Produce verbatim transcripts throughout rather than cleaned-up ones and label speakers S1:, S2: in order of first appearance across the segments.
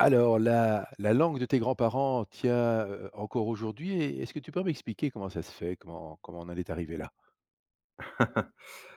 S1: Alors, la la langue de tes grands-parents tient, heu, encore aujourd'hui et est-ce que tu peux m'expliquer comment ça se fait? Comment comment on en est arrivé là?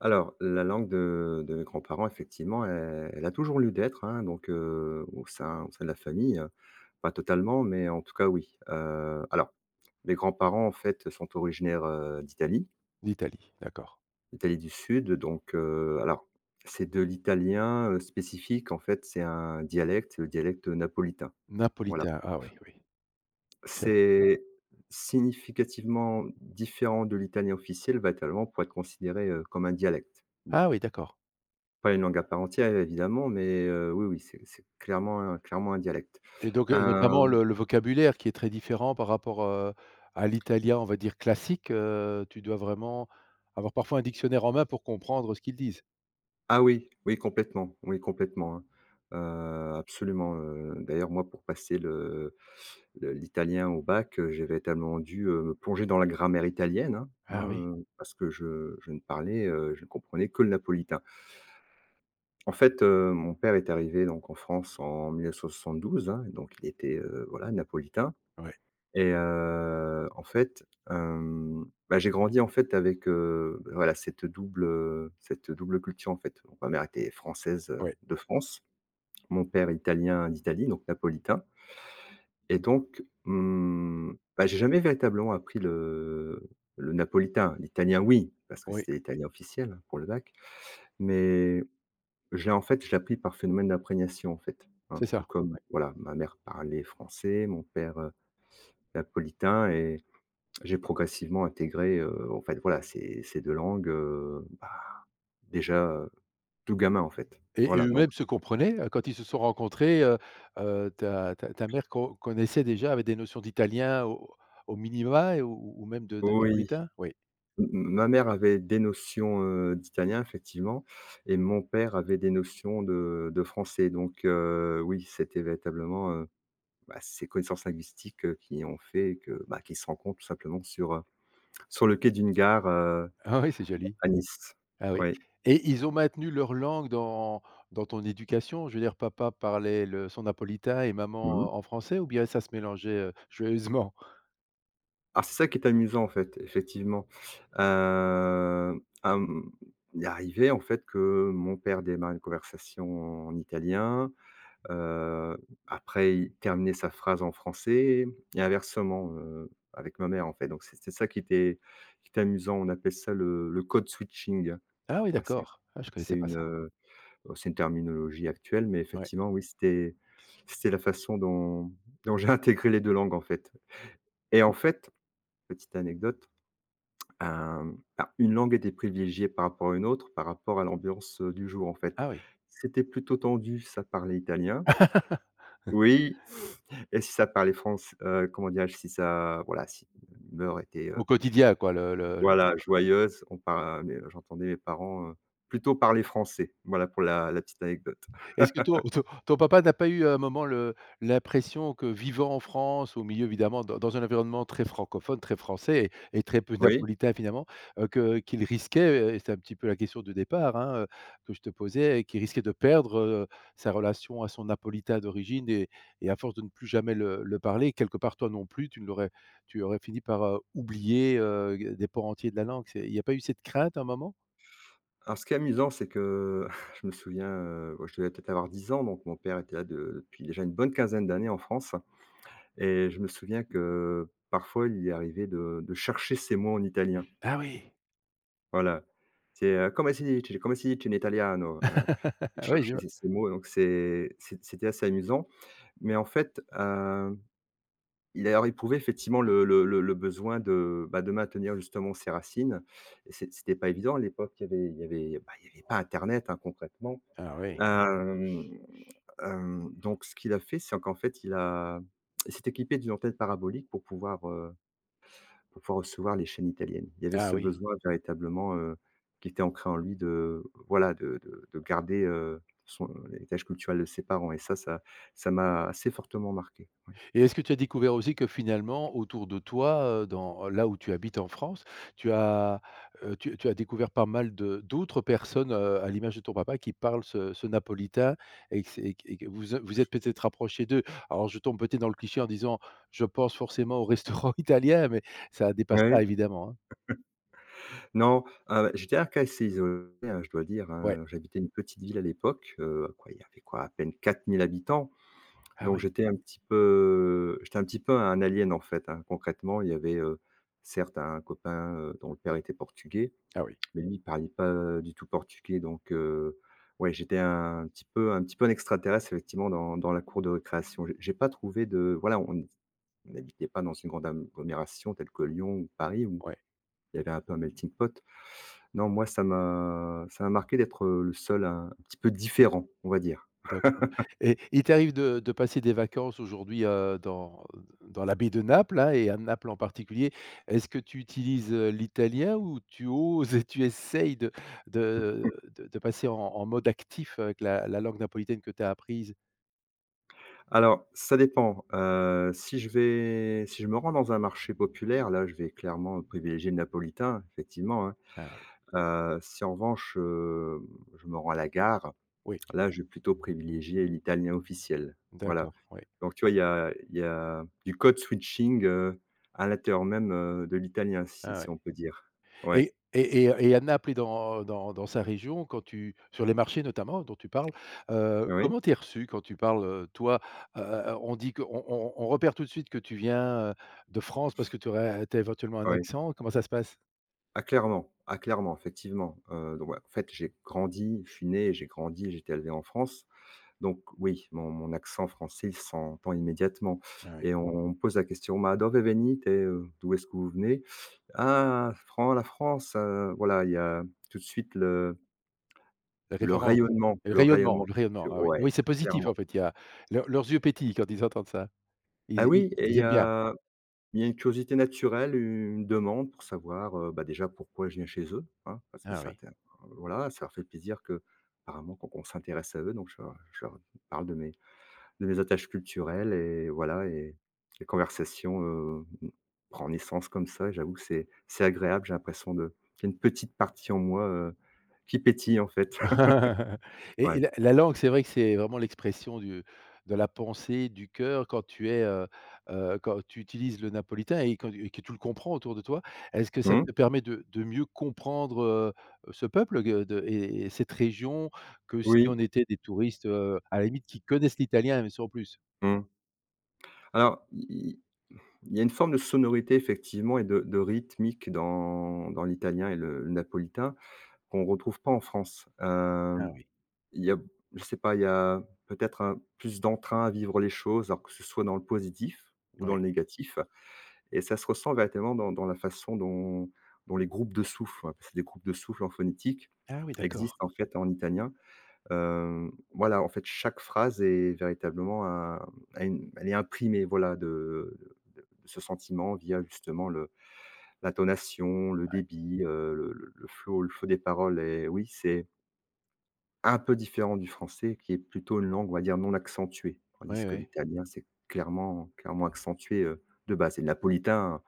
S2: Alors, la langue de de mes grands-parents, effectivement, elle elle a toujours lieu d'être, hein, donc heu, au sein au sein de la famille, heu, pas totalement, mais en tout cas, oui. Heu, alors, mes grands-parents, en fait, sont originaires, heu, d'Italie,
S1: D'Italie, d'accord.
S2: d'Italie du Sud, donc heu, alors, c'est de l'italien, heu, spécifique, en fait, c'est un dialecte, le dialecte napolitain. Voilà.
S1: Napolitain, ah oui, oui. C'est
S2: C'est significativement différent de l'italien officiel, va être allemand pour être considéré, heu, comme un dialecte. Bon.
S1: ah oui, d'accord.
S2: Pas une langue à part entière, évidemment, mais heu, oui, oui, c'est c'est clairement un clairement un dialecte.
S1: Et donc, heu, notamment
S2: Hem,
S1: le le vocabulaire qui est très différent par rapport, heu, à l'italien, on va dire classique, heu, tu dois vraiment avoir parfois un dictionnaire en main pour comprendre ce qu'ils disent.
S2: ah oui, oui, complètement, oui, complètement, hein. Heu, absolument, heu, d'ailleurs, moi, pour passer le le l'italien au bac, heu, j'ai véritablement dû, heu, me plonger dans la grammaire italienne, hein,
S1: Ah oui,
S2: hein, heu, parce que je je ne parlais, heu, je ne comprenais que le napolitain. En fait, heu, mon père est arrivé donc en France en mille neuf cent soixante-douze, hein, donc il était, heu, voilà, napolitain.
S1: oui,
S2: Et heu, en fait, hem, bah, j'ai grandi, en fait, avec, heu, bah, voilà, cette double, heu, cette double culture, en fait. Donc ma mère était française, heu,
S1: oui,
S2: de France, mon père italien d'Italie, donc napolitain. Et donc, mmh, bah, j'ai jamais véritablement appris le le napolitain. L'italien, oui, parce que
S1: oui,
S2: c'était l'italien officiel pour le bac, mais j'ai en fait, je l'ai appris par phénomène d'imprégnation, en fait, hein.
S1: c'est
S2: Tout
S1: ça,
S2: comme,
S1: ouais,
S2: voilà, ma mère parlait français, mon père, heu, napolitain. et J'ai progressivement intégré, heu, en fait, voilà, ces ces deux langues, heu, bah, déjà, heu, tout gamin, en fait.
S1: et et
S2: Voilà, donc
S1: eux-mêmes se comprenaient, heu, quand ils se sont rencontrés, heu heu, ta ta ta mère co connaissait déjà, avait des notions d'italien au au minima et ou ou même de de
S2: oui,
S1: napolitain? Oui.
S2: m ma mère avait des notions, heu, d'italien, effectivement, et mon père avait des notions de de français, donc heu, oui, c'était véritablement, heu, bah, ces connaissances linguistiques, heu, qui ont fait que, bah, qu'ils se rencontrent tout simplement sur, heu, sur le quai d'une gare, heu,
S1: Ah oui, c'est joli.
S2: à Nice.
S1: Ah oui,
S2: Oui.
S1: et ils ont maintenu leur langue dans dans ton éducation? Je veux dire, papa parlait le son napolitain et maman euh,
S2: Mmh.
S1: en français ou bien ça se mélangeait, heu, joyeusement?
S2: Alors c'est ça qui est amusant en fait, effectivement. Hem, hem, il arrivait en fait que mon père démarre une conversation en italien, heu, après il terminait sa phrase en français et inversement, heu, avec ma mère en fait. Donc c'est c'est ça qui était qui était amusant. On appelle ça le le code switching.
S1: Ah oui,
S2: Ouais, c'est
S1: d'accord. Ah, je
S2: c'est
S1: connaissais pas
S2: une,
S1: ça.
S2: heu, oh, c'est une terminologie actuelle, mais
S1: Ouais.
S2: effectivement oui, c'était c'était la façon dont dont j'ai intégré les deux langues en fait. Et en fait, petite anecdote, Hem, bah, une langue était privilégiée par rapport à une autre, par rapport à l'ambiance, heu, du jour, en fait.
S1: Ah oui.
S2: C'était plutôt tendu, si ça parlait italien. Oui, et si ça parlait français, comment dirais-je? Si ça voilà, si l'humeur était, heu,
S1: Au quotidien quoi, le le
S2: voilà, joyeuse, on par mais euh, j'entendais mes parents, heu, plutôt parler français. Voilà pour la la petite anecdote.
S1: Est-ce que ton ton ton papa n'a pas eu à un moment le l'impression que vivant en France, au milieu évidemment dans dans un environnement très francophone, très français et et très peu
S2: Oui.
S1: napolitain finalement, heu, que qu'il risquait euh, et c'est un petit peu la question de départ, hein, heu, que je te posais, et qu'il risquait de perdre, heu, sa relation à son napolitain d'origine et et à force de ne plus jamais le le parler, quelque part toi non plus, tu ne l'aurais tu aurais fini par, heu, oublier, heu, des pans entiers de la langue. C'est il n'y a pas eu cette crainte à un moment?
S2: Alors ce qui est amusant, c'est que je me souviens, heu, je devais peut-être avoir dix ans, donc mon père était là de depuis déjà une bonne quinzaine d'années en France. Et je me souviens que parfois, il est arrivé de de chercher ces mots en italien.
S1: Ah oui.
S2: Voilà, c'est, heu: «Come si dice? Come si dice in italiano?» heu, il
S1: Oui, je
S2: cherchait
S1: vois.
S2: ces ces mots, donc c'est c'est c'était assez amusant. Mais en fait, heu, il a éprouvé effectivement le le le le besoin de, bah, de maintenir justement ses racines et c'est c'était pas évident à l'époque, il y avait il y avait, bah, il y avait pas internet, hein, concrètement.
S1: Ah oui.
S2: Hem, hem, donc ce qu'il a fait, c'est qu'en fait, il a il s'est équipé d'une antenne parabolique pour pouvoir, heu Pour pouvoir recevoir les chaînes italiennes. Il y avait
S1: Ah
S2: ce
S1: oui.
S2: besoin véritablement, heu, qui était ancré en lui de voilà, de de de garder, heu, son l'héritage culturel de ses parents et ça ça ça m'a assez fortement marqué, oui.
S1: Et est-ce que tu as découvert aussi que finalement, autour de toi, heu, dans là où tu habites en France, tu as, heu, tu tu as découvert pas mal de d'autres personnes, heu, à l'image de ton papa qui parlent ce ce napolitain et que c'est et que et que vous vous êtes peut-être rapprochés d'eux? Alors je tombe peut-être dans le cliché en disant: «Je pense forcément au restaurant italien, mais ça dépasse
S2: Ouais,
S1: ça évidemment, hein?
S2: non, heu, j'étais un cas assez isolé, hein, je dois dire,
S1: Ouais.
S2: hein. J'habitais une petite ville à l'époque, heu, quoi, il y avait quoi? À peine quatre mille habitants,
S1: Ah
S2: donc
S1: oui,
S2: j'étais un petit peu j'étais un petit peu un alien, en fait, hein. Concrètement, il y avait, heu, certes un copain, heu, dont le père était portugais.
S1: ah oui,
S2: Mais lui, il parlait pas du tout portugais, donc heu, ouais, j'étais un petit peu un petit peu un extraterrestre effectivement dans dans la cour de récréation. J'ai j'ai pas trouvé de voilà, on n on n'habitait pas dans une grande agglomération telle que Lyon ou Paris où
S1: ouais.
S2: il y avait un peu un melting pot. Non, moi ça m'a ça m'a marqué d'être, heu, le seul un petit peu différent, on va dire.
S1: D'accord, et il t'arrive de de passer des vacances aujourd'hui, heu, dans dans la baie de Naples, hein, et à Naples en particulier. Est-ce que tu utilises, heu, l'italien ou tu oses et tu essayes de de de de passer en en mode actif avec la la langue napolitaine que tu as apprise?
S2: Alors ça dépend, heu, si je vais si je me rends dans un marché populaire, là, je vais clairement privilégier le napolitain, effectivement, hein.
S1: Ah oui,
S2: Heu, si en revanche, heu, je me rends à la gare.
S1: oui,
S2: Là, je vais plutôt privilégier l'italien officiel, voilà.
S1: d'accord, oui.
S2: Donc tu vois, il y a il y a du code switching, heu, à l'intérieur même, heu, de l'italien, si
S1: Ah
S2: si
S1: oui.
S2: on peut dire. Ouais.
S1: Et et et et Anaples et dans dans dans sa région, quand tu sur les marchés notamment dont tu parles, heu,
S2: Oui,
S1: comment t'es reçu quand tu parles, heu, toi? Heu on dit qu'on on on on repère tout de suite que tu viens, heu, de France parce que tu aurais tu as éventuellement un
S2: oui.
S1: accent, comment ça se passe?
S2: Ah clairement, ah clairement, effectivement, heu, donc ouais, en fait, j'ai grandi, je suis né, j'ai grandi, j'ai été élevé en France, donc oui, mon mon accent français il s'entend immédiatement
S1: Ah oui,
S2: et on on me pose la question: «Ma dove venite?» heu, d'où est-ce que vous venez? «Ah, Fran la France», heu, voilà, il y a tout de suite le
S1: la
S2: Le
S1: référence,
S2: rayonnement,
S1: et le
S2: le
S1: rayonnement
S2: rayonnement
S1: le rayonnement,
S2: sur
S1: ah oui.
S2: ouais,
S1: Oui, c'est positif
S2: clairement.
S1: en fait, il y a leur leurs yeux pétillent quand ils entendent ça.
S2: Ah
S1: Ils ils
S2: oui, et il
S1: ils
S2: y
S1: aiment bien.
S2: a il y a une curiosité naturelle, une demande pour savoir, heu, bah, déjà pourquoi je viens chez eux, hein, parce qu'ils
S1: Ah oui.
S2: s'inté voilà, ça leur fait plaisir qu'apparemment qu'on qu'on s'intéresse à eux, donc je leur je leur parle de mes de mes attaches culturelles et voilà, et les conversations, heu, prend naissance comme ça, et j'avoue que c'est c'est agréable. J'ai l'impression de qu'il y a une petite partie en moi, heu, qui pétille en fait.
S1: Et et
S2: Ouais.
S1: la la langue, c'est vrai que c'est vraiment l'expression du de la pensée, du cœur quand tu es, heu heu, quand tu utilises le napolitain et quand et que tu le comprends autour de toi. Est-ce que ça
S2: Mmh.
S1: te permet de de mieux comprendre, heu, ce peuple que de et et cette région que si on
S2: Oui.
S1: était des touristes, heu, à la limite qui connaissent l'italien, mais sans plus?
S2: Mmh. Alors, i i il y a une forme de sonorité effectivement et de de rythmique dans dans l'italien et le le napolitain qu'on ne retrouve pas en France.
S1: Ah
S2: Hem,
S1: oui,
S2: il y a je sais pas, il y a peut-être un plus d'entrain à vivre les choses, alors que ce soit dans le positif ou dans le
S1: oui.
S2: négatif, et ça se ressent véritablement dans dans la façon dont dont les groupes de souffle, hein, parce que les groupes de souffle en phonétique
S1: Ah oui, d'accord.
S2: existent en fait en italien. Hem, voilà, en fait, chaque phrase est véritablement un a une elle est imprimée, voilà, de de ce sentiment via justement le l'intonation, le débit, heu, le le le flow le flow des paroles, et oui, c'est un peu différent du français qui est plutôt une langue, on va dire, non accentuée. Tandis
S1: Oui,
S2: que
S1: oui.
S2: l'italien, c'est clairement clairement accentué, heu, de base, et le napolitain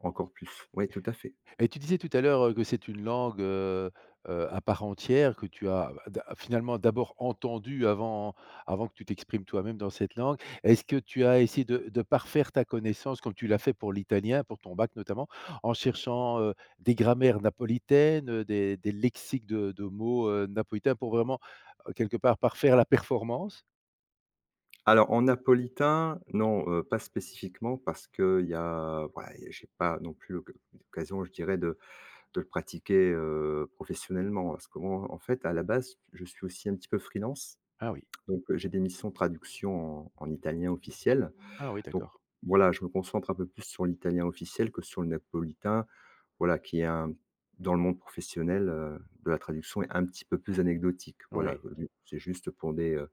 S2: encore plus. Oui, tout à fait.
S1: Et tu disais tout à l'heure, heu, que c'est une langue, heu heu, à part entière que tu as bah, finalement d'abord entendue avant avant que tu t'exprimes toi-même dans cette langue. Est-ce que tu as essayé de de parfaire ta connaissance comme tu l'as fait pour l'italien, pour ton bac notamment, en cherchant, heu, des grammaires napolitaines, heu, des des lexiques de de mots, heu, napolitains pour vraiment, heu, quelque part parfaire la performance?
S2: Alors en napolitain, non, heu, pas spécifiquement parce qu'il y a voilà, il j'ai pas non plus l'oc l'occasion, je dirais, de de le pratiquer, heu, professionnellement. Parce que moi, en fait, à la base, je suis aussi un petit peu freelance.
S1: Ah oui,
S2: Donc, heu, j'ai des missions de traduction en en italien officiel.
S1: ah oui,
S2: Donc
S1: d'accord,
S2: voilà, je me concentre un peu plus sur l'italien officiel que sur le napolitain, voilà, qui est un dans le monde professionnel, heu, de la traduction est un petit peu plus anecdotique. Voilà, heu,
S1: oui.
S2: OK. C'est juste pour des, heu,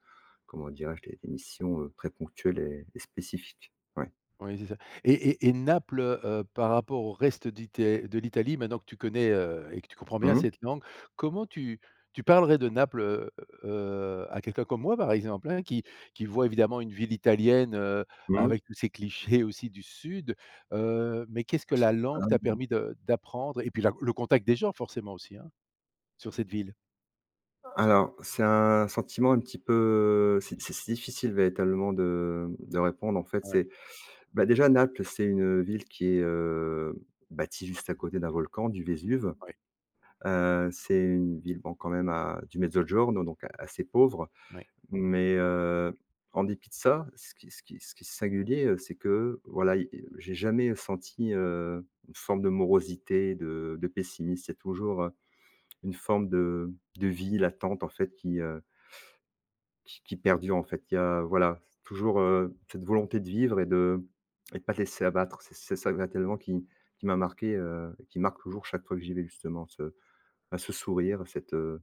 S2: comment dirais-je? Des des missions, heu, très ponctuelles et et spécifiques. Ouais.
S1: Oui, c'est ça. Et et et Naples, heu, par rapport au reste d'Ité de l'Italie, maintenant que tu connais, heu, et que tu comprends bien
S2: Mmh,
S1: cette langue, comment tu tu parlerais de Naples, heu heu, à quelqu'un comme moi, par exemple, hein, qui qui voit évidemment une ville italienne, heu,
S2: mmh.
S1: avec tous ces clichés aussi du sud, heu, mais qu'est-ce que la langue t'a permis de d'apprendre? Et puis la le contact des gens forcément aussi, hein, sur cette ville?
S2: Alors, c'est un sentiment un petit peu c'est c'est c'est difficile véritablement de de répondre. En fait,
S1: Ouais,
S2: c'est bah, déjà, Naples, c'est une ville qui est, heu, bâtie juste à côté d'un volcan, du Vésuve.
S1: ouais,
S2: Heu, c'est une ville, bon, quand même à du Mezzogiorno, donc a- assez pauvre.
S1: ouais.
S2: Mais, heu, en dépit de ça, ce qui ce qui ce qui est singulier, heu, c'est que, voilà, i j'ai jamais senti, heu, une forme de morosité, de de pessimisme. Il y a toujours, heu, une forme de de vie latente, en fait, qui, qui qui perdure en fait. Il y a voilà, toujours, heu, cette volonté de vivre et de et de pas te laisser abattre. C'est c'est ça véritablement qui qui m'a marqué, heu, et qui marque toujours chaque fois que j'y vais justement, ce bah, ce sourire, cette, heu,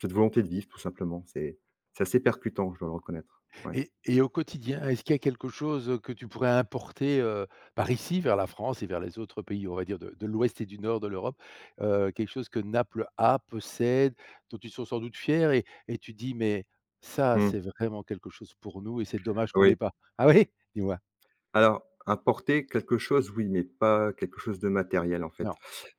S2: cette volonté de vivre tout simplement. C'est c'est assez percutant, je dois le reconnaître. Ouais.
S1: Et et au quotidien, est-ce qu'il y a quelque chose que tu pourrais importer, heu, par ici vers la France et vers les autres pays, on va dire, de de l'ouest et du nord de l'Europe? Heu, quelque chose que Naples a, possède, dont ils sont sans doute fiers et et tu dis: «Mais ça,
S2: Mmh,
S1: c'est vraiment quelque chose pour nous et c'est dommage qu'on
S2: oui.
S1: l'ait pas». Ah oui? Dis-moi.
S2: Alors, apporter quelque chose, oui, mais pas quelque chose de matériel en fait.
S1: Non.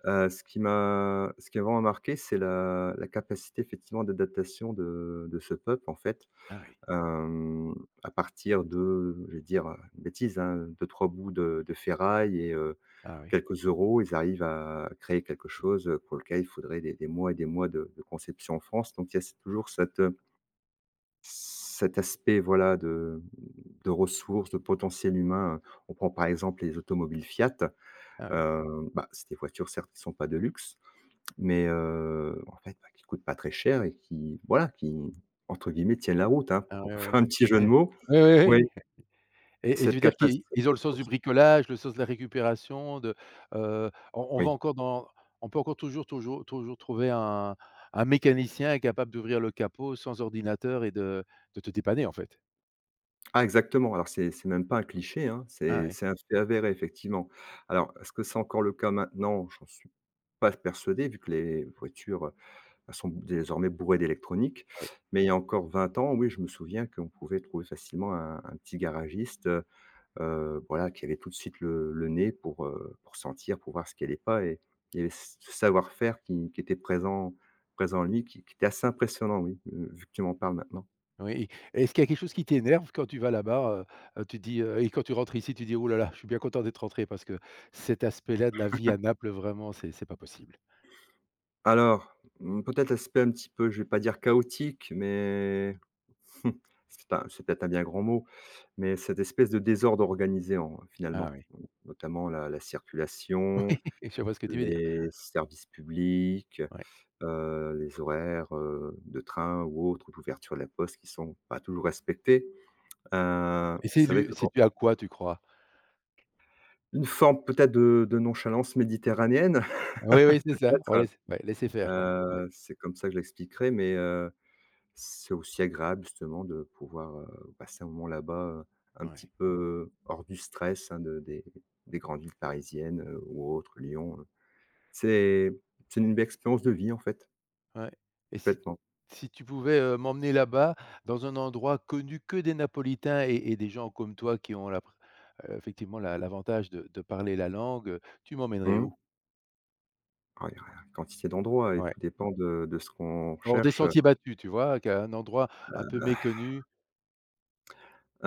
S2: Heu, ce qui m'a ce qui m'a vraiment marqué, c'est la la capacité effectivement d'adaptation de de ce peuple en fait.
S1: Ah oui.
S2: hem, à partir de, je vais dire, heu, une bêtise, hein, deux ou trois bouts de de ferraille et heu,
S1: Ah oui.
S2: quelques euros, ils arrivent à créer quelque chose, pour lequel il faudrait des des mois et des mois de de conception en France. Donc il y a toujours cette, cet aspect, voilà, de de ressources, de potentiel humain. On prend par exemple les automobiles Fiat,
S1: Ah oui.
S2: heu, bah, c'est des voitures certes qui ne sont pas de luxe, mais heu, en fait, bah, qui coûtent pas très cher et qui voilà, qui entre guillemets «tiennent la route», hein,
S1: Ah
S2: pour
S1: oui,
S2: pour faire
S1: oui.
S2: un petit jeu de mots.
S1: Oui, oui,
S2: Oui,
S1: oui. Et et tu
S2: cette
S1: veux dire
S2: capacité
S1: qu'ils
S2: cette
S1: ils ont le sens du
S2: ressource,
S1: bricolage, le sens de la récupération, de, heu, on on va
S2: oui.
S1: encore dans on peut encore toujours toujours toujours trouver un un mécanicien capable d'ouvrir le capot sans ordinateur et de de te dépanner, en fait.
S2: Ah exactement, alors c'est c'est même pas un cliché, hein,
S1: Ah
S2: c'est
S1: ouais,
S2: c'est un fait avéré effectivement. Alors, est-ce que c'est encore le cas maintenant? J'en suis pas persuadé vu que les voitures, heu, sont désormais bourrées d'électronique.
S1: oui,
S2: Mais il y a encore vingt ans, oui, je me souviens qu'on pouvait trouver facilement un un petit garagiste, Heu, voilà, qui avait tout de suite le le nez pour, heu, pour sentir, pour voir ce qu'elle allait pas, et il y avait ce savoir-faire qui qui était présent présent en lui, qui qui était assez impressionnant, oui, heu, vu que tu m'en parles maintenant.
S1: oui. Est-ce qu'il y a quelque chose qui t'énerve quand tu vas là-bas, heu heu, tu dis, heu et quand tu rentres ici, tu dis: «Ouh là là, je suis bien content d'être rentré parce que cet aspect-là de la vie à Naples, vraiment, c'est c'est pas possible».
S2: Alors, mmh, peut-être l'aspect un petit peu, je vais pas dire chaotique, mais c'est un c'est peut-être un bien grand mot, mais cette espèce de désordre organisé en
S1: Ah
S2: finalement,
S1: oui.
S2: notamment la la
S1: Oui,
S2: circulation,
S1: je vois ce que tu veux dire.
S2: les services publics,
S1: Ouais.
S2: heu, les horaires, heu, de train ou autres, d'ouverture de la poste qui sont pas toujours respectés. Heu,
S1: Et c'est
S2: c'est vrai
S1: dû
S2: que quand
S1: c'est dû à quoi, tu crois?
S2: une forme peut-être de de nonchalance méditerranéenne
S1: Oui, oui, c'est ça. On
S2: peut-être,
S1: laisse ouais, laisser faire quoi. Ouais,
S2: heu, c'est comme ça que je l'expliquerai, mais heu, c'est aussi agréable justement de pouvoir, heu, passer un moment là-bas, heu, un petit
S1: ouais,
S2: peu hors du stress, hein, de des des grandes villes parisiennes, heu, ou autres, Lyon, heu. C'est c'est une belle expérience de vie en fait,
S1: ouais, et si
S2: complètement.
S1: si tu pouvais, heu, m'emmener là-bas, dans un endroit connu que des napolitains et et des gens comme toi qui ont la pr heu, effectivement la l'avantage de de parler la langue, heu, tu m'emmènerais
S2: Mmh.
S1: où?
S2: Ah, il y a une quantité d'endroits et
S1: Ouais.
S2: tout dépend de de ce qu'on
S1: Hors des
S2: recherche, heu,
S1: sentiers battus, tu vois? Qu'à un endroit un peu méconnu.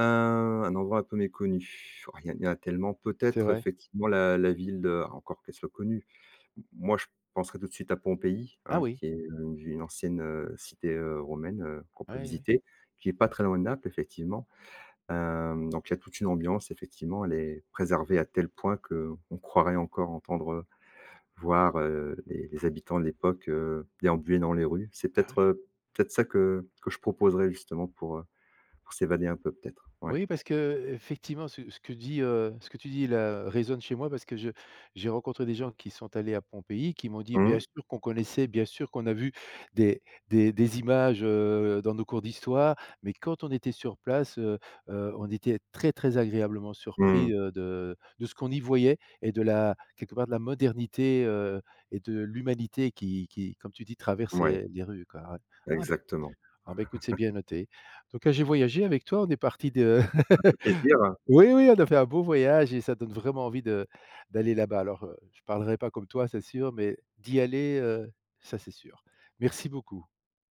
S2: un endroit un peu méconnu. Oh, il y en il y en a tellement.
S1: C'est
S2: Peut-être
S1: vrai.
S2: effectivement la la ville, heu, encore qu'elle soit connue. M moi, je penserais tout de suite à Pompéi,
S1: Ah
S2: hein,
S1: oui.
S2: qui est une une ancienne, heu, cité, heu, romaine, heu, qu'on peut
S1: Oui, oui.
S2: visiter, qui est pas très loin de Naples, effectivement. Hem, donc il y a toute une ambiance, effectivement, elle est préservée à tel point que on croirait encore entendre, voir, heu, les les habitants de l'époque, heu, déambuler dans les rues. C'est
S1: Ah oui.
S2: peut-être, heu, peut-être ça que que je proposerais justement pour, heu, pour s'évader un peu peut-être, ouais.
S1: Oui, parce qu'effectivement, ce ce que dit, heu, ce que tu dis là résonne chez moi parce que je j'ai rencontré des gens qui sont allés à Pompéi, qui m'ont dit:
S2: Mmh,
S1: «Bien sûr qu'on connaissait, bien sûr qu'on a vu des des des images, heu, dans nos cours d'histoire, mais quand on était sur place, heu heu, on était très, très agréablement
S2: mmh,
S1: surpris, heu, de de ce qu'on y voyait et de la quelque part de la modernité, heu et de l'humanité qui qui, comme tu dis, traverse,
S2: ouais,
S1: heu, les rues, quoi». Ouais. Ah ben.
S2: exactement.
S1: Ah bah, écoute, c'est bien noté. Donc, heu, j'ai voyagé avec toi, on est parti de
S2: Ça fait plaisir,
S1: oui, oui, on a fait un beau voyage et ça donne vraiment envie de d'aller là-bas. Alors, heu, je parlerai pas comme toi, c'est sûr, mais d'y aller, heu, ça c'est sûr. Merci beaucoup.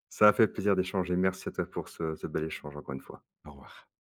S2: ça a fait plaisir d'échanger. Merci à toi pour ce ce bel échange encore une fois.
S1: Au revoir.